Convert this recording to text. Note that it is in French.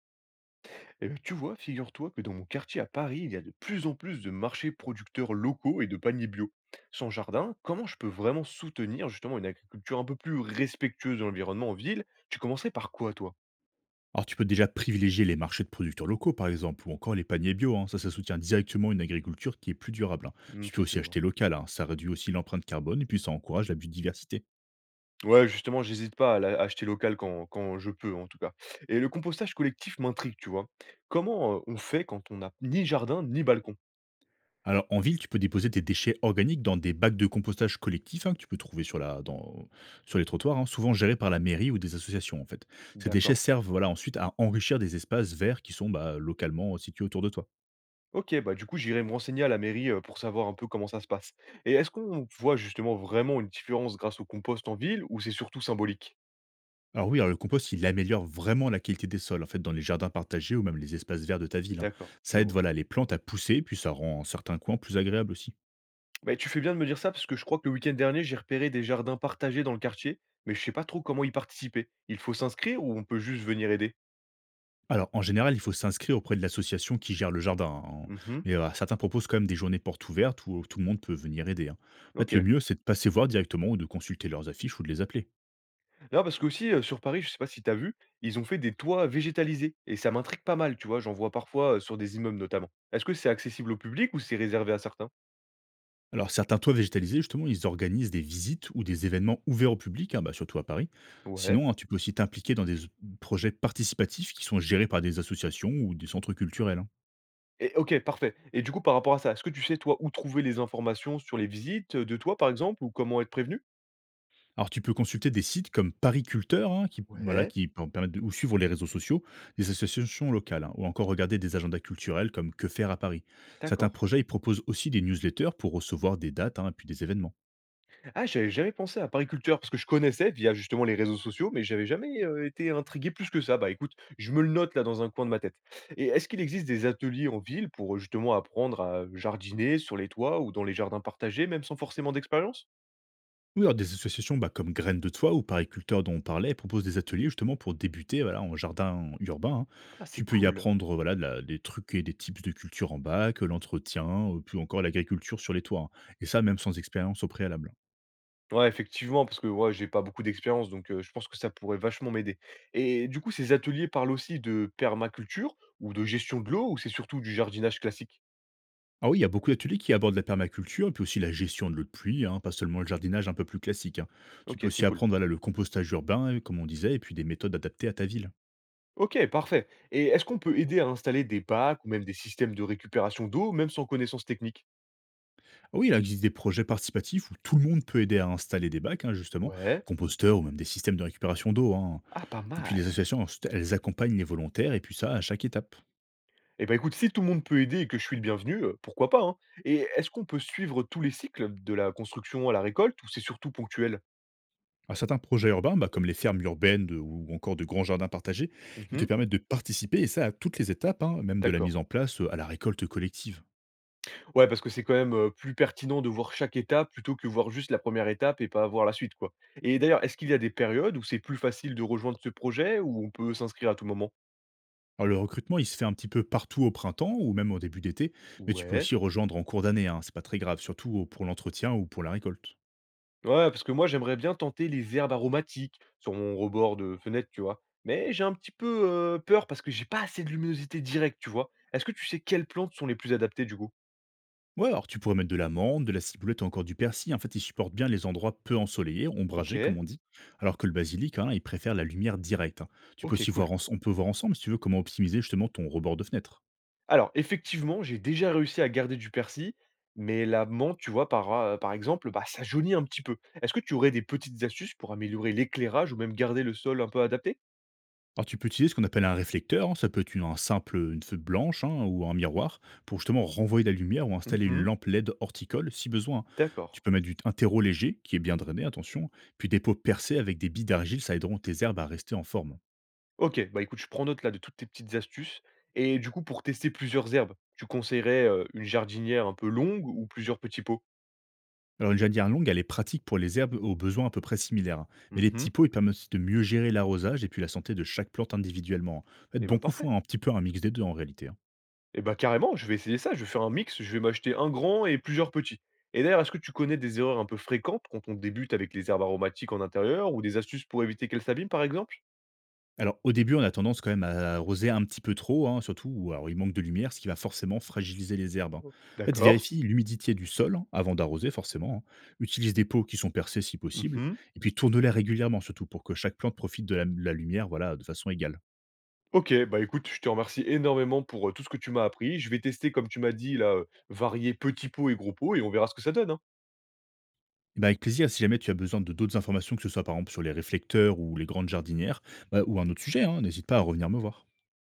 Eh ben, tu vois, figure-toi que dans mon quartier à Paris, il y a de plus en plus de marchés producteurs locaux et de paniers bio. Sans jardin, comment je peux vraiment soutenir justement une agriculture un peu plus respectueuse de l'environnement en ville. Tu commencerais par quoi, toi? Alors, tu peux déjà privilégier les marchés de producteurs locaux, par exemple, ou encore les paniers bio, hein. Ça soutient directement une agriculture qui est plus durable, hein. Puis tu peux Ok, aussi je vois. acheter local, hein. Ça réduit aussi l'empreinte carbone et puis ça encourage la biodiversité. Ouais, justement, j'hésite pas à acheter local quand je peux, en tout cas. Et le compostage collectif m'intrigue, tu vois. Comment on fait quand on n'a ni jardin ni balcon? Alors, en ville, tu peux déposer tes déchets organiques dans des bacs de compostage collectifs, hein, que tu peux trouver sur les trottoirs, hein, souvent gérés par la mairie ou des associations, en fait. Ces déchets D'accord. servent, voilà, ensuite à enrichir des espaces verts qui sont, bah, localement situés autour de toi. OK, bah, du coup, j'irai me renseigner à la mairie, pour savoir un peu comment ça se passe. Et est-ce qu'on voit justement vraiment une différence grâce au compost en ville ou c'est surtout symbolique? Alors oui, alors le compost, il améliore vraiment la qualité des sols, en fait, dans les jardins partagés ou même les espaces verts de ta ville, hein. D'accord, je Ça aide, vois. voilà, les plantes à pousser, puis ça rend certains coins plus agréables aussi. Bah, tu fais bien de me dire ça parce que je crois que le week-end dernier, j'ai repéré des jardins partagés dans le quartier, mais je sais pas trop comment y participer. Il faut s'inscrire ou on peut juste venir aider? Alors, en général, il faut s'inscrire auprès de l'association qui gère le jardin, hein. Mhm. Mais certains proposent quand même des journées portes ouvertes où tout le monde peut venir aider, hein. En fait, le OK. mieux, c'est de passer voir directement ou de consulter leurs affiches ou de les appeler. Non, parce qu'aussi, sur Paris, je sais pas si t'as vu, ils ont fait des toits végétalisés et ça m'intrigue pas mal, tu vois? J'en vois parfois, sur des immeubles notamment. Est-ce que c'est accessible au public ou c'est réservé à certains? Alors, certains toits végétalisés, justement, ils organisent des visites ou des événements ouverts au public, hein, bah, surtout à Paris. Ouais. Sinon, hein, tu peux aussi t'impliquer dans des projets participatifs qui sont gérés par des associations ou des centres culturels, hein. Et OK, parfait. Et du coup, par rapport à ça, est-ce que tu sais, toi, où trouver les informations sur les visites, de toi, par exemple, ou comment être prévenu? Alors, tu peux consulter des sites comme Paris Culteur, hein, qui, voilà, Ouais. Permettent de, ou suivre les réseaux sociaux des associations locales, hein, ou encore regarder des agendas culturels comme Que faire à Paris. Certains D'accord. projets, ils proposent aussi des newsletters pour recevoir des dates, hein, et puis des événements. Ah, j'avais jamais pensé à pariculteur parce que je connaissais via justement les réseaux sociaux, mais j'avais jamais, été intrigué plus que ça. Bah, écoute, je me le note là dans un coin de ma tête. Et est-ce qu'il existe des ateliers en ville pour, justement apprendre à jardiner sur les toits ou dans les jardins partagés, même sans forcément d'expérience? Oui, alors des associations, bah, comme Graines de Toit ou Pariculteurs dont on parlait proposent des ateliers justement pour débuter, voilà, en jardin urbain, hein. Ah, c'est Tu peux y cool. apprendre, voilà, des trucs et des types de culture en bac, l'entretien, puis encore l'agriculture sur les toits, hein. Et ça, même sans expérience au préalable. Ouais, effectivement, parce que ouais, j'ai pas beaucoup d'expérience, donc je pense que ça pourrait vachement m'aider et du coup, ces ateliers parlent aussi de permaculture ou de gestion de l'eau ou c'est surtout du jardinage classique? Ah oui, il y a beaucoup d'ateliers qui abordent la permaculture, et puis aussi la gestion de l'eau de pluie, hein, pas seulement le jardinage un peu plus classique, hein. Tu peux OK, c'est aussi cool. apprendre, voilà, le compostage urbain, comme on disait, et puis des méthodes adaptées à ta ville. OK, parfait. Et est-ce qu'on peut aider à installer des bacs ou même des systèmes de récupération d'eau, même sans connaissance technique? Ah oui, là, il existe des projets participatifs où tout le monde peut aider à installer des bacs, hein, justement, Ouais. composteurs ou même des systèmes de récupération d'eau, hein. Ah, pas Et puis les mal. associations, ensuite, elles accompagnent les volontaires, et puis ça à chaque étape. Et ben, écoute, si tout le monde peut aider et que je suis le bienvenu, pourquoi pas, hein? Et est-ce qu'on peut suivre tous les cycles de la construction à la récolte ou c'est surtout ponctuel? À certains projets urbains, bah, comme les fermes ou encore de grands jardins partagés, ils te Mmh. permettent de participer, et ça à toutes les étapes, hein, même de la D'accord. mise en place, à la récolte collective. Ouais, parce que c'est quand même, plus pertinent de voir chaque étape plutôt que voir juste la première étape et pas voir la suite, quoi. Et d'ailleurs, est-ce qu'il y a des périodes où c'est plus facile de rejoindre ce projet, ou on peut s'inscrire à tout moment? Alors le recrutement, il se fait un petit peu partout au printemps ou même au début d'été, mais tu peux Ouais. aussi rejoindre en cours d'année, hein, c'est pas très grave, surtout pour l'entretien ou pour la récolte. Ouais, parce que moi, j'aimerais bien tenter les herbes aromatiques sur mon rebord de fenêtre, tu vois? Mais j'ai un petit peu, peur parce que j'ai pas assez de luminosité directe, tu vois? Est-ce que tu sais quelles plantes sont les plus adaptées, du coup? Ouais, alors tu pourrais mettre de l'amande, de la ciboulette ou encore du persil. En fait, il supporte bien les endroits peu ensoleillés, ombragés comme OK. on dit, alors que le basilic, hein, il préfère la lumière directe, hein. Tu peux OK, aussi cool. On peut voir ensemble si tu veux comment optimiser justement ton rebord de fenêtre. Alors effectivement, j'ai déjà réussi à garder du persil, mais la menthe, tu vois, par exemple, bah, ça jaunit un petit peu. Est-ce que tu aurais des petites astuces pour améliorer l'éclairage ou même garder le sol un peu adapté? Alors tu peux utiliser ce qu'on appelle un réflecteur, hein, ça peut être un simple une feuille blanche, hein, ou un miroir pour justement renvoyer de la lumière ou installer une Mmh, lampe LED horticole si besoin. d'accord. Tu peux mettre un terreau léger qui est bien drainé, attention, puis des pots percés avec des billes d'argile, ça aideront tes herbes à rester en forme. OK, bah, écoute, je prends note là de toutes tes petites astuces et du coup pour tester plusieurs herbes, tu conseillerais, une jardinière un peu longue ou plusieurs petits pots? Alors une jardinière longue, elle est pratique pour les herbes aux besoins à peu près similaires, hein. Mais les petits Mmh, pots, ils permettent aussi de mieux gérer l'arrosage et puis la santé de chaque plante individuellement, hein. En fait, et bon bah, coup, parfait. faut un petit peu un mix des deux en réalité, hein. Et bah, carrément, je vais essayer ça, je vais faire un mix, je vais m'acheter un grand et plusieurs petits. Et d'ailleurs, est-ce que tu connais des erreurs un peu fréquentes quand on débute avec les herbes aromatiques en intérieur ou des astuces pour éviter qu'elles s'abîment, par exemple? Alors au début, on a tendance quand même à arroser un petit peu trop, hein, surtout où alors, il manque de lumière, ce qui va forcément fragiliser les herbes, hein. Oh. En fait, D'accord. vérifie l'humidité du sol, hein, avant d'arroser forcément, hein. Utilise des pots qui sont percés si possible, Mhm. et puis tourne-les régulièrement surtout pour que chaque plante profite de la lumière, voilà, de façon égale. Ok, bah écoute, je te remercie énormément pour tout ce que tu m'as appris. Je vais tester, comme tu m'as dit, là, varier petits pots et gros pots et on verra ce que ça donne, hein. Eh ben, avec plaisir, si jamais tu as besoin de d'autres informations, que ce soit par exemple sur les réflecteurs ou les grandes jardinières, bah, ou un autre sujet, hein, n'hésite pas à revenir me voir.